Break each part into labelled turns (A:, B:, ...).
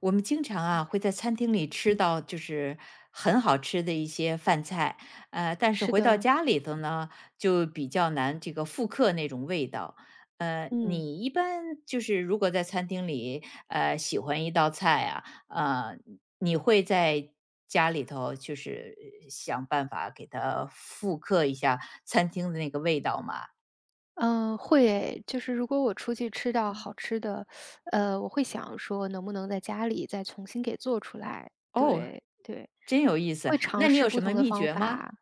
A: 我们经常啊会在餐厅里吃到很好吃的一些饭菜，但是
B: 是
A: 回到
B: 的，
A: 家里头呢，就比较难复刻那种味道。
B: 嗯
A: 你一般如果在餐厅里，喜欢一道菜啊，你会在家里头想办法给它复刻一下餐厅的那个味道吗？
B: 嗯，会诶，就是如果我出去吃到好吃的，我会想说能不能在家里再重新给做出来，
A: 哦，
B: 对对。
A: 真有意思。
B: 会尝
A: 那你
B: 试
A: 有
B: 不
A: 什么
B: 同的
A: 秘
B: 方
A: 诀吗？
B: 法。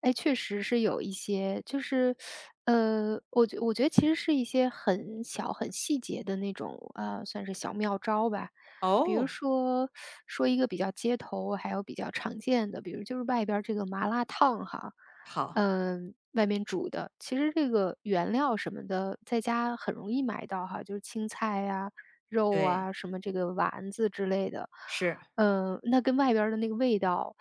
B: 哎，确实是有一些，就是，我觉得其实是一些很小、很细节的那种，算是小妙招吧。比如
A: 哦，
B: 说，说一个比较街头，还有比较常见的，比如就是外边儿这个麻辣烫哈，
A: 好，
B: 外面煮的，其实这个原料什么的，在家很容易买到哈，就是青菜呀、肉
A: 对，
B: 啊，什么这个丸子之类的。
A: 是。
B: 那跟外边儿的那个味道，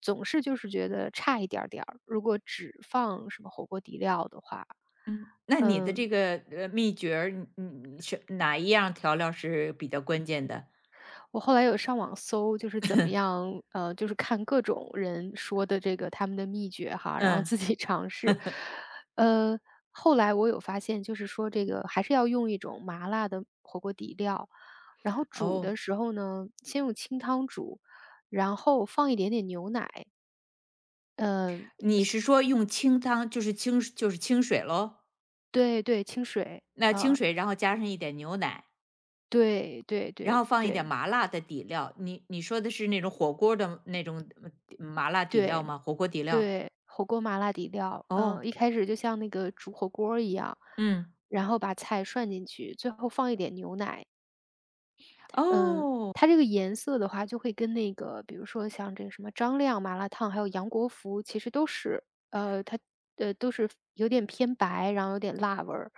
B: 总是就是觉得差一点儿点儿。如果只放什么火锅底料的话，
A: 嗯，那你的
B: 嗯，
A: 这个，秘诀儿，你是哪一样调料是比较关键的？
B: 我后来有上网搜，就是怎么 样，就是看各种人说的这个他们的秘诀哈，然后
A: 嗯，
B: 自己 尝试。呃，后来我有发现，就是说这个还是要用一种麻辣的火锅底料，然后煮的
A: 哦，
B: 时候呢，先用清汤煮，然后放一点点牛奶。嗯、
A: 你是说用清汤，就是清就是清水喽？
B: 对对，清水，
A: 那清
B: 呃，
A: 水，然后加上一点牛奶，
B: 对对
A: 然
B: 对
A: 后放一点
B: 对
A: 麻辣的底料。你说的是那种火锅的那种，麻辣底料
B: 对
A: 吗？火锅底料？
B: 对，火锅麻辣底料，
A: 哦，
B: 一开始就像那个煮火锅儿一样，
A: 嗯，
B: 然后把菜涮进去，最后放一点牛奶，嗯，
A: 哦，
B: 它这个颜色的话就会跟那个，比如说像这个什么张亮麻辣烫，还有杨国福，其实呃，它都是有点偏白，然后有点辣味儿，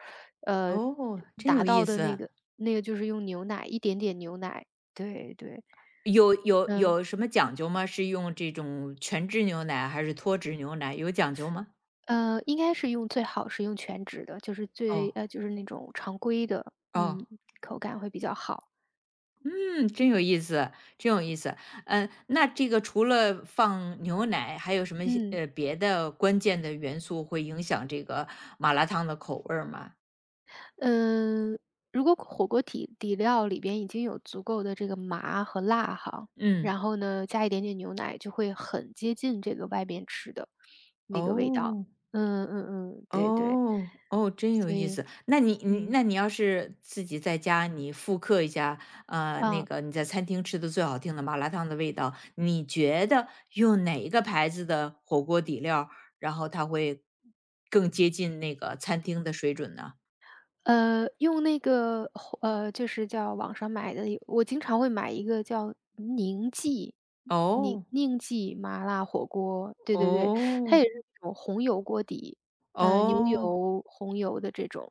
B: 呃，
A: 哦，真有
B: 达
A: 意
B: 到的那
A: 思。
B: 个那个就是用牛奶，一点点牛奶，对对，
A: 有有
B: 嗯。
A: 有什么讲究吗？是用这种全脂牛奶还是脱脂牛奶，有讲究吗？
B: 应该是用最好是用全脂的，就是最
A: 哦，
B: 呃，就是那种常规的，
A: 哦，
B: 口感会比较好。
A: 嗯，真有意思，真有意思。嗯，那这个除了放牛奶，还有什么
B: 嗯
A: 别的关键的元素会影响这个麻辣烫的口味儿吗？
B: 嗯，如果火锅底料里边已经有足够的这个麻和辣哈，
A: 嗯，
B: 然后呢，加一点点牛奶，就会很接近这个外边吃的那个味道。
A: 哦。
B: 嗯嗯嗯，对对，
A: 哦，哦，真有
B: 所
A: 意
B: 以
A: 思。那你你
B: 嗯，
A: 那你要是自己在家，你复刻一下，啊，那
B: 啊。
A: 个你在餐厅吃的最好听的麻辣烫的味道，你觉得用哪一个牌子的火锅底料然后它会更接近那个餐厅的水准呢？
B: 用那个就是叫网上买的，我经常会买一个叫宁记宁
A: 哦，
B: 宁记麻辣火锅，对对对，它
A: 哦，
B: 也是那种红油锅底，牛
A: 哦。
B: 油、红油的这种，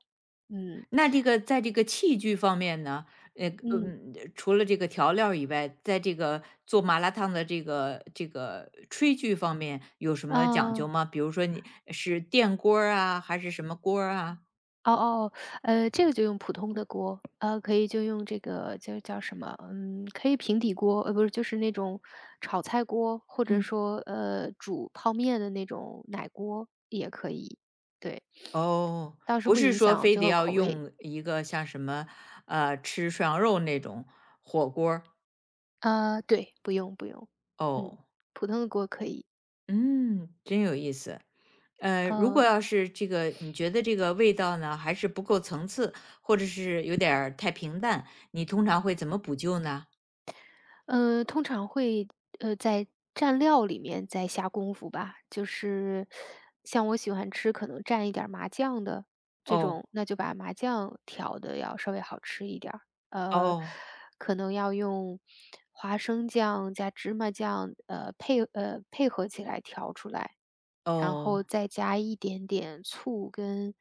B: 嗯，
A: 那这个在这个器具方面呢，
B: 嗯，
A: 除了这个调料儿以外，在这个做麻辣烫的这个炊具方面有什么讲究
B: 啊。
A: 吗？比如说你是电锅儿啊，还是什么锅儿啊？
B: 哦哦，这个就用普通的锅，可以就用这个叫什么？嗯，可以平底锅，不是，就是那种炒菜锅，或者
A: 嗯。
B: 说煮泡面的那种奶锅也可以。对，
A: 哦，
B: 倒是
A: 不
B: 不
A: 是
B: 影
A: 说
B: 响
A: 非
B: 最
A: 得
B: 后
A: 要
B: 口味。
A: 用一个像什么，吃涮羊肉那种火锅儿，
B: 啊。对，不用不用，嗯，
A: 哦，
B: 普通的锅可以。
A: 嗯，真有意思。如果
B: 呃。
A: 要是这个你觉得这个味道呢，还是不够层次，或者是有点儿太平淡，你通常会怎么补救呢？
B: 通常会，在蘸料里面再下功夫吧。就是像我喜欢吃可能蘸一点儿麻酱的这
A: 哦，
B: 种，那就把麻酱调的要稍微好吃一点儿。呃，
A: 哦，
B: 可能要用花生酱加芝麻酱，配合起来调出来，然
A: 哦，
B: 后再加一点点醋跟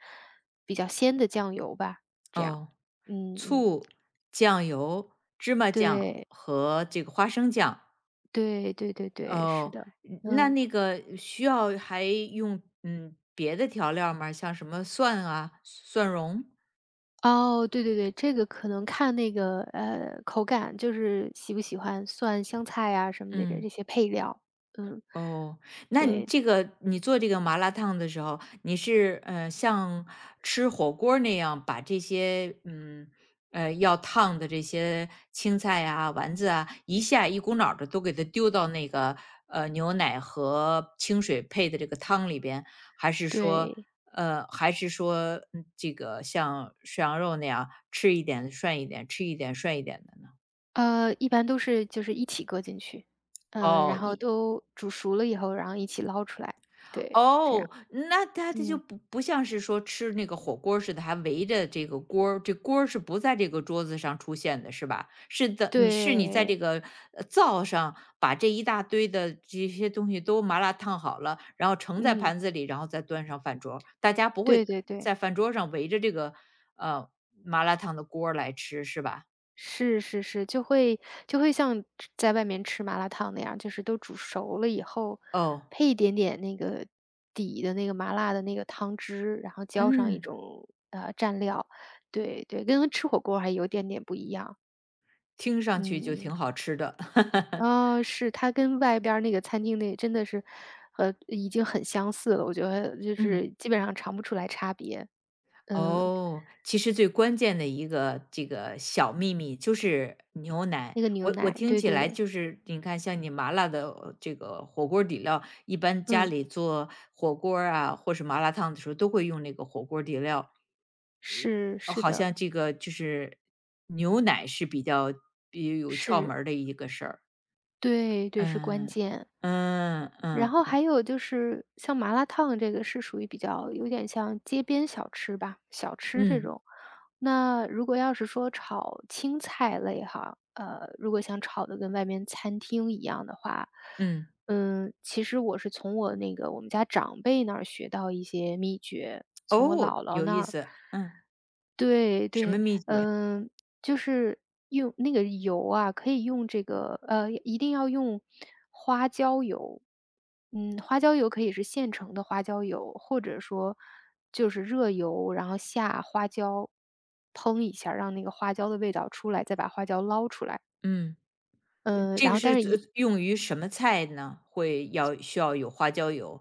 B: 比较鲜的酱油吧，这样。
A: 哦，
B: 嗯嗯，
A: 醋、酱油、芝麻酱
B: 对。
A: 和这个花生酱。
B: 对对对对，是
A: 哦，
B: 的，
A: 嗯，那
B: 嗯，
A: 那个需要还用嗯别的调料吗？像什么蒜啊、蒜蓉？
B: 哦，对对对，这个可能看那个，口感，就是喜不喜欢蒜、香菜啊什么的这
A: 嗯。
B: 这些配料，嗯，
A: 哦，那你
B: 对
A: 这个你做这个麻辣烫的时候，你是像吃火锅儿那样把这些要烫的这些青菜啊、丸子啊，一下一股脑的都给它丢到那个牛奶和清水配的这个汤里边，还是说
B: 对，
A: 这个像涮羊肉那样吃一点涮一点，吃一点涮一点的呢？
B: 一般都是就是一起搁进去，
A: 哦，
B: 然后
A: 一，
B: 都煮熟了以后，然后一起捞出来，对，这
A: 哦，
B: 样，
A: 那它就
B: 嗯，
A: 不像是说吃那个火锅儿似的，还围着这个锅儿，这锅儿是不在这个桌子上出现的，是吧？是的，你是你在这
B: 对，
A: 个灶上把这一大堆的这些东西都麻辣烫好了，然后盛在
B: 嗯，
A: 盘子里，然后再端上饭桌儿，大家不
B: 对
A: 会
B: 对对。
A: 在饭桌上围着这个呃麻辣烫的锅儿来吃，是吧？
B: 是是是，就会像吃在外面吃麻辣烫那样，就是都煮熟了以后，
A: 哦，
B: 配一点点那个底的那个麻辣的那个汤汁，然后浇上一
A: 嗯，
B: 种，蘸料。对对，跟吃火锅还有点点不一样。
A: 听上去就
B: 嗯，
A: 挺好吃的，
B: 哦，是，它跟外边儿那个餐厅那真的是，已经很相似了，我觉得就
A: 嗯。
B: 是基本上尝不出来差别。嗯，
A: 哦，其实最关键的一个这个小秘密就是牛奶。
B: 那个牛
A: 我
B: 奶，
A: 听
B: 对
A: 起来
B: 对，
A: 就是，你看像你麻辣的这个火锅底料，一般家
B: 嗯，
A: 里做火锅儿啊，或是麻辣烫的时候都会用那个火锅底料。
B: 是是
A: 好
B: 的，
A: 像这个就是牛奶是比较有窍
B: 是。
A: 门儿的一个事儿。
B: 对对，是关
A: 嗯，
B: 键。
A: 嗯，
B: 然后
A: 嗯，
B: 还有就是像麻辣烫这个是属于比较有点像街边小吃吧，小吃这
A: 嗯，
B: 种。那如果要是说炒青菜类哈，如果想炒的跟外面餐厅一样的话，
A: 嗯，
B: 其实我是从我那个我们家长辈那儿学到一些秘诀，从我
A: 哦，
B: 姥姥
A: 有
B: 那
A: 意
B: 儿。
A: 思。嗯，
B: 对
A: 什么
B: 对，
A: 秘诀？
B: 嗯，就是用那个油啊，可以用这个一定要用花椒油。花椒油可以是现成的花椒油，或者说就是热油，然后下花椒烹一下儿让那个花椒的味道出来，再把花椒捞出来。
A: 嗯。
B: 嗯，
A: 这
B: 然
A: 个
B: 后
A: 是
B: 但是
A: 做
B: 一
A: 用于什么菜呢？会要需要有花椒油？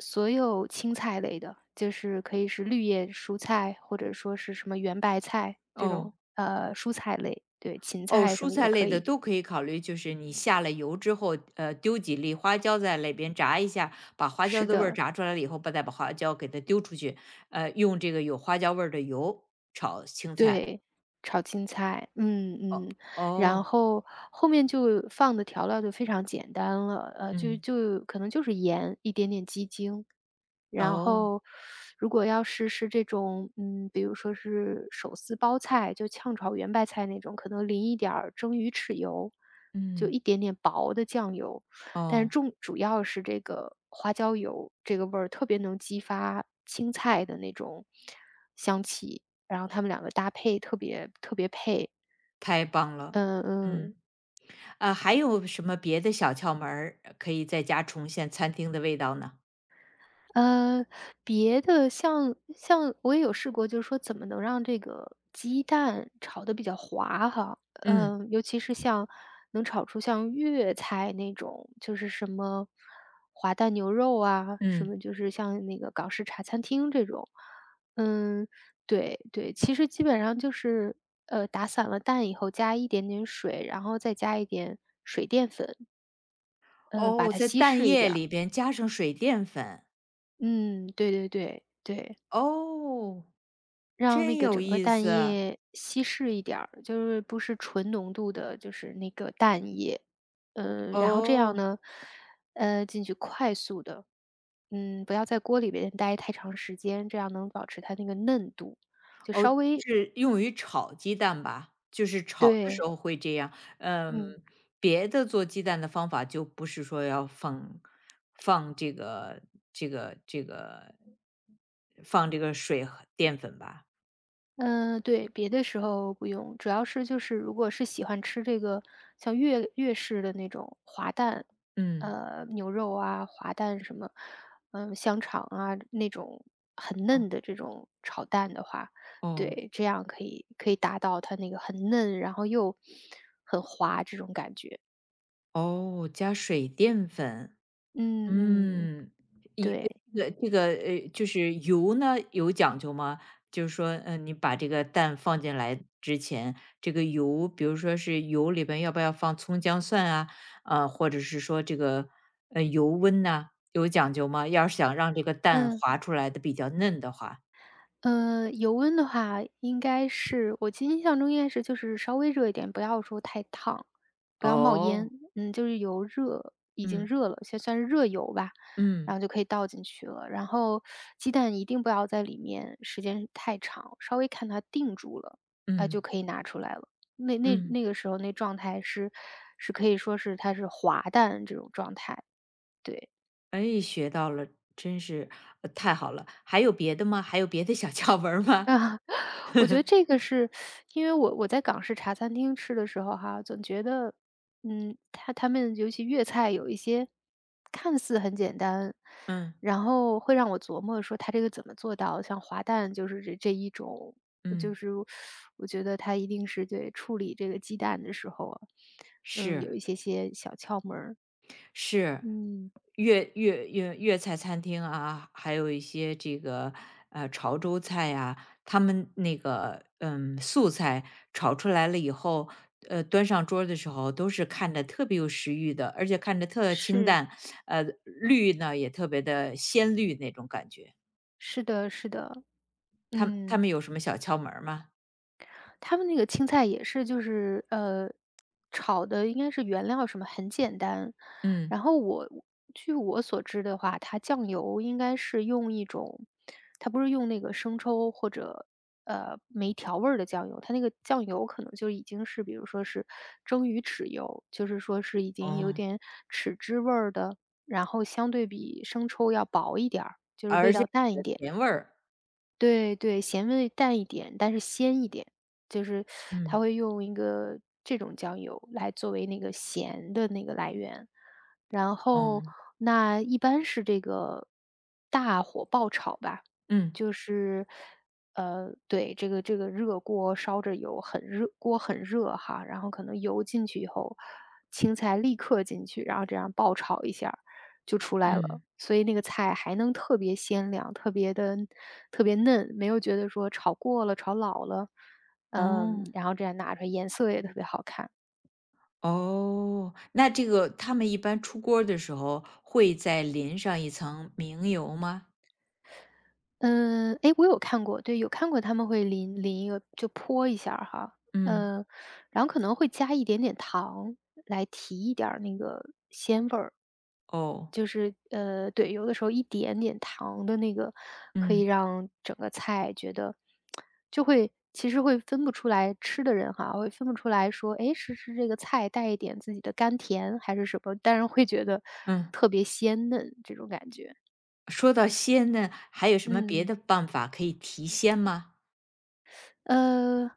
B: 所有青菜类的，就是可以是绿叶蔬菜，或者说是什么圆白菜这种，
A: 哦。
B: 蔬菜类，对，芹
A: 哦，
B: 菜什
A: 蔬
B: 么
A: 菜
B: 也
A: 类
B: 可
A: 的
B: 以。
A: 都可以考虑，就是你下了油之后，丢几粒花椒在里边炸一下，把花椒
B: 是
A: 的味儿
B: 的。
A: 炸出来了以后，再把花椒给它丢出去，用这个有花椒味儿的油炒青菜。
B: 对，炒青菜，嗯
A: 哦，
B: 嗯，然
A: 哦，
B: 后后面就放的调料就非常简单了，就
A: 嗯，
B: 就可能就是盐，一点点鸡精，然
A: 哦，
B: 后如果要是这种，比如说是手撕包菜，就炝炒圆白菜那种，可能淋一点儿蒸鱼豉油，就
A: 嗯，
B: 一点点薄的酱油，但是
A: 哦，
B: 主要是这个花椒油，这个味儿特别能激发青菜的那种香气。然后他们两个搭配特别特别配。
A: 太棒了。
B: 嗯
A: 嗯，
B: 嗯。
A: 还有什么别的小窍门儿可以在家重现餐厅的味道呢？
B: 呃，别的像我也有试过，就是说怎么能让这个鸡蛋炒的比较滑哈。
A: 嗯，
B: 尤其是像能炒出像粤菜那种，就是什么滑蛋牛肉啊，什
A: 嗯。
B: 么就是像那个港式茶餐厅这种。嗯，对对，其实基本上就是，打散了蛋以后加一点点水，然后再加一点水淀粉。嗯，把
A: 哦，
B: 它
A: 在
B: 稀
A: 蛋
B: 释一
A: 液
B: 点儿。
A: 里边加上水淀粉。
B: 嗯，对对对对，
A: 哦，
B: 让那
A: 真
B: 个
A: 有
B: 整个
A: 意
B: 蛋
A: 思。
B: 液稀释一点儿，就是不是纯浓度的，就是那个蛋液。然后这样
A: 哦，
B: 呢，进去快速的，不要在锅里边待太长时间，这样能保持它那个嫩度，就
A: 哦，就
B: 稍微
A: 是用于炒鸡蛋吧，就是炒的时
B: 对，
A: 候会这样。
B: 嗯。
A: 嗯，别的做鸡蛋的方法就不是说要放放这个这个这个放这个水和淀粉吧？
B: 嗯，对，别的时候不用，主要是就是如果是喜欢吃这个像粤式的那种滑蛋，
A: 嗯，
B: 牛肉啊，滑蛋什么，香肠啊那种很
A: 哦，
B: 嫩的这种炒蛋的话，
A: 哦，
B: 对，这样可以达到它那个很嫩，然后又很滑这种感觉。
A: 哦，加水淀粉。
B: 嗯嗯，
A: 嗯，一，
B: 对，
A: 就是油呢有讲究吗？就是说，你把这个蛋放进来之前，这个油，比如说是油里边要不要放葱姜蒜啊，啊，或者是说这个油温呐、有讲究吗？要是想让这个蛋
B: 嗯。
A: 滑出来的比较嫩的话，
B: 油温的话，应该是我记实印象中应该是就是稍微热一点，不要说太烫，不要冒
A: 哦，
B: 烟。就是油热已经
A: 嗯，
B: 热了，先算是热油吧，
A: 嗯，
B: 然后就可以倒进去了。然后鸡蛋一定不要在里面时间太长，稍微看它定住了，就
A: 嗯，
B: 可以拿出来了。那那
A: 嗯，
B: 那个时候那状态是可以说是它是滑蛋这种状态，对。
A: 哎，学到了，真是、太好了。还有别的吗？还有别的小 窍门儿吗？
B: 啊，我觉得 这个是因为我在港式茶餐厅吃的时候哈，总觉得，他们尤其粤菜有一些看似很简单，
A: 嗯，
B: 然后会让我琢磨说他这个怎么做到，像滑蛋就是这一种，就
A: 嗯。
B: 是我觉得他一定是对处理这个鸡蛋的时候啊，有
A: 是，
B: 一些些小窍门儿，
A: 是，
B: 嗯，
A: 粤菜餐厅啊，还有一些这个，潮州菜呀，他们那个，嗯，素菜炒出来了以后，端上桌儿的时候都是看着特别有食欲的，而且看着特清
B: 是，
A: 淡，绿呢也特别的鲜绿那种感觉。
B: 是的，是的，
A: 他们他
B: 嗯。
A: 们有什么小窍门儿吗？
B: 他们那个青菜也是就是炒的应该是原料什么很简单，
A: 嗯，
B: 然后据我所知的话，它酱油应该是用一种，它不是用那个生抽或者没调味儿的酱油，它那个酱油可能就已经是比如说是蒸鱼豉油，就是说是已经有
A: 哦，
B: 点豉汁味儿的，然后相对比生抽要薄一点儿，就是
A: 而
B: 味
A: 且
B: 道
A: 有
B: 淡一
A: 点
B: 点。
A: 甜味儿，
B: 对对，咸味淡一点，但是鲜一点，就是它
A: 嗯，
B: 会用一个这种酱油来作为那个咸的那个来源。然
A: 哦，
B: 后那一般是这个大火爆炒吧，
A: 嗯，
B: 就是对，这个热锅烧着油，很热，锅很热哈，然后可能油进去以后，青菜立刻进去，然后这样爆炒一下，就出来了，
A: 嗯，
B: 所以那个菜还能特别鲜亮，特别的特别嫩，没有觉得说炒过了、炒老了。
A: 哦。
B: 然后这样拿出来颜色也特别好看。
A: 哦，那这个他们一般出锅儿的时候会再淋上一层明油吗？
B: 嗯，诶，我有看过，对，有看过他们会淋一个就泼一下儿哈，
A: 嗯，
B: 嗯，然后可能会加一点点糖来提一点儿那个鲜味儿。
A: 哦，
B: 就是，对，有的时候一点点糖的那个，可以
A: 嗯，
B: 让整个菜觉得就会其实会分不出来吃的人哈，会分不出来说，哎，是这个菜带一点自己的甘甜还是什么，但是会觉得
A: 嗯，
B: 特别鲜嫩这种感觉。
A: 说到鲜呢，还有什么别的
B: 嗯，
A: 办法可以提鲜吗？
B: 呃，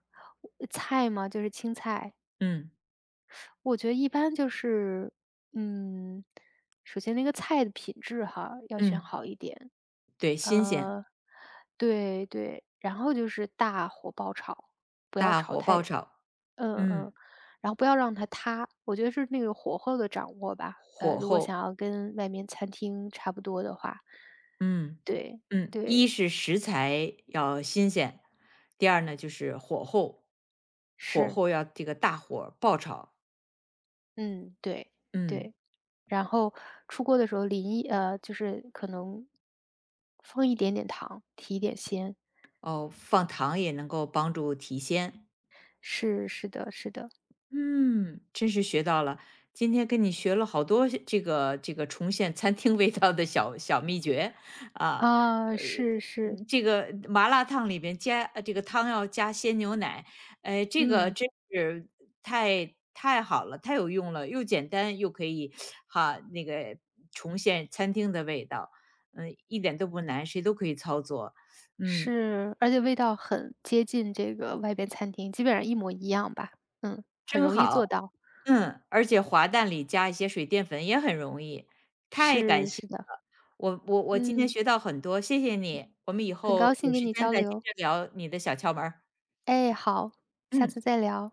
B: 菜嘛，就是青菜。
A: 嗯，
B: 我觉得一般就是，嗯，首先那个菜的品质哈，要选
A: 嗯，
B: 好一点。
A: 对，新鲜，
B: 呃，对对，然后就是大火爆炒，不要
A: 大
B: 炒
A: 火
B: 太，
A: 爆炒，
B: 嗯
A: 嗯，
B: 嗯，然后不要让它塌。我觉得是那个火候的掌握吧。
A: 火
B: 如果想
A: 候，
B: 要跟外面餐厅差不多的话，
A: 嗯，
B: 对
A: 嗯，一
B: 对，
A: 是食材要新鲜，第二呢就是火候，火
B: 是，
A: 候要这个大火爆炒，
B: 嗯，对
A: 嗯。
B: 对。然后出锅的时候就是可能放一点点糖，提一点鲜。
A: 哦，放糖也能够帮助提鲜。
B: 是，是的，是的。
A: 嗯，真是学到了。今天跟你学了好多这个这个重现餐厅味道的小小秘诀啊，
B: 啊，
A: 呃，
B: 是是，
A: 嗯，这个麻辣烫里边加这个汤要加鲜牛奶，哎，这个
B: 嗯，
A: 真是太太好了，太有用了，又简单又可以，哈，那个重现餐厅的味道，嗯，一点都不难，谁都可以操作，嗯，
B: 是，而且味道很接近这个外边餐厅，基本上一模一样吧。很
A: 真
B: 容易
A: 好。
B: 做到。
A: 嗯，而且滑蛋里加一些水淀粉也很容易。太感
B: 是，
A: 谢
B: 是的，
A: 了，我今天
B: 嗯，
A: 学到很多，谢谢你，我们以
B: 很
A: 后
B: 高兴
A: 有
B: 跟
A: 时
B: 你
A: 间
B: 交
A: 再接
B: 流。
A: 着聊你的小窍门儿。
B: 哎，好，下
A: 嗯。
B: 次再聊。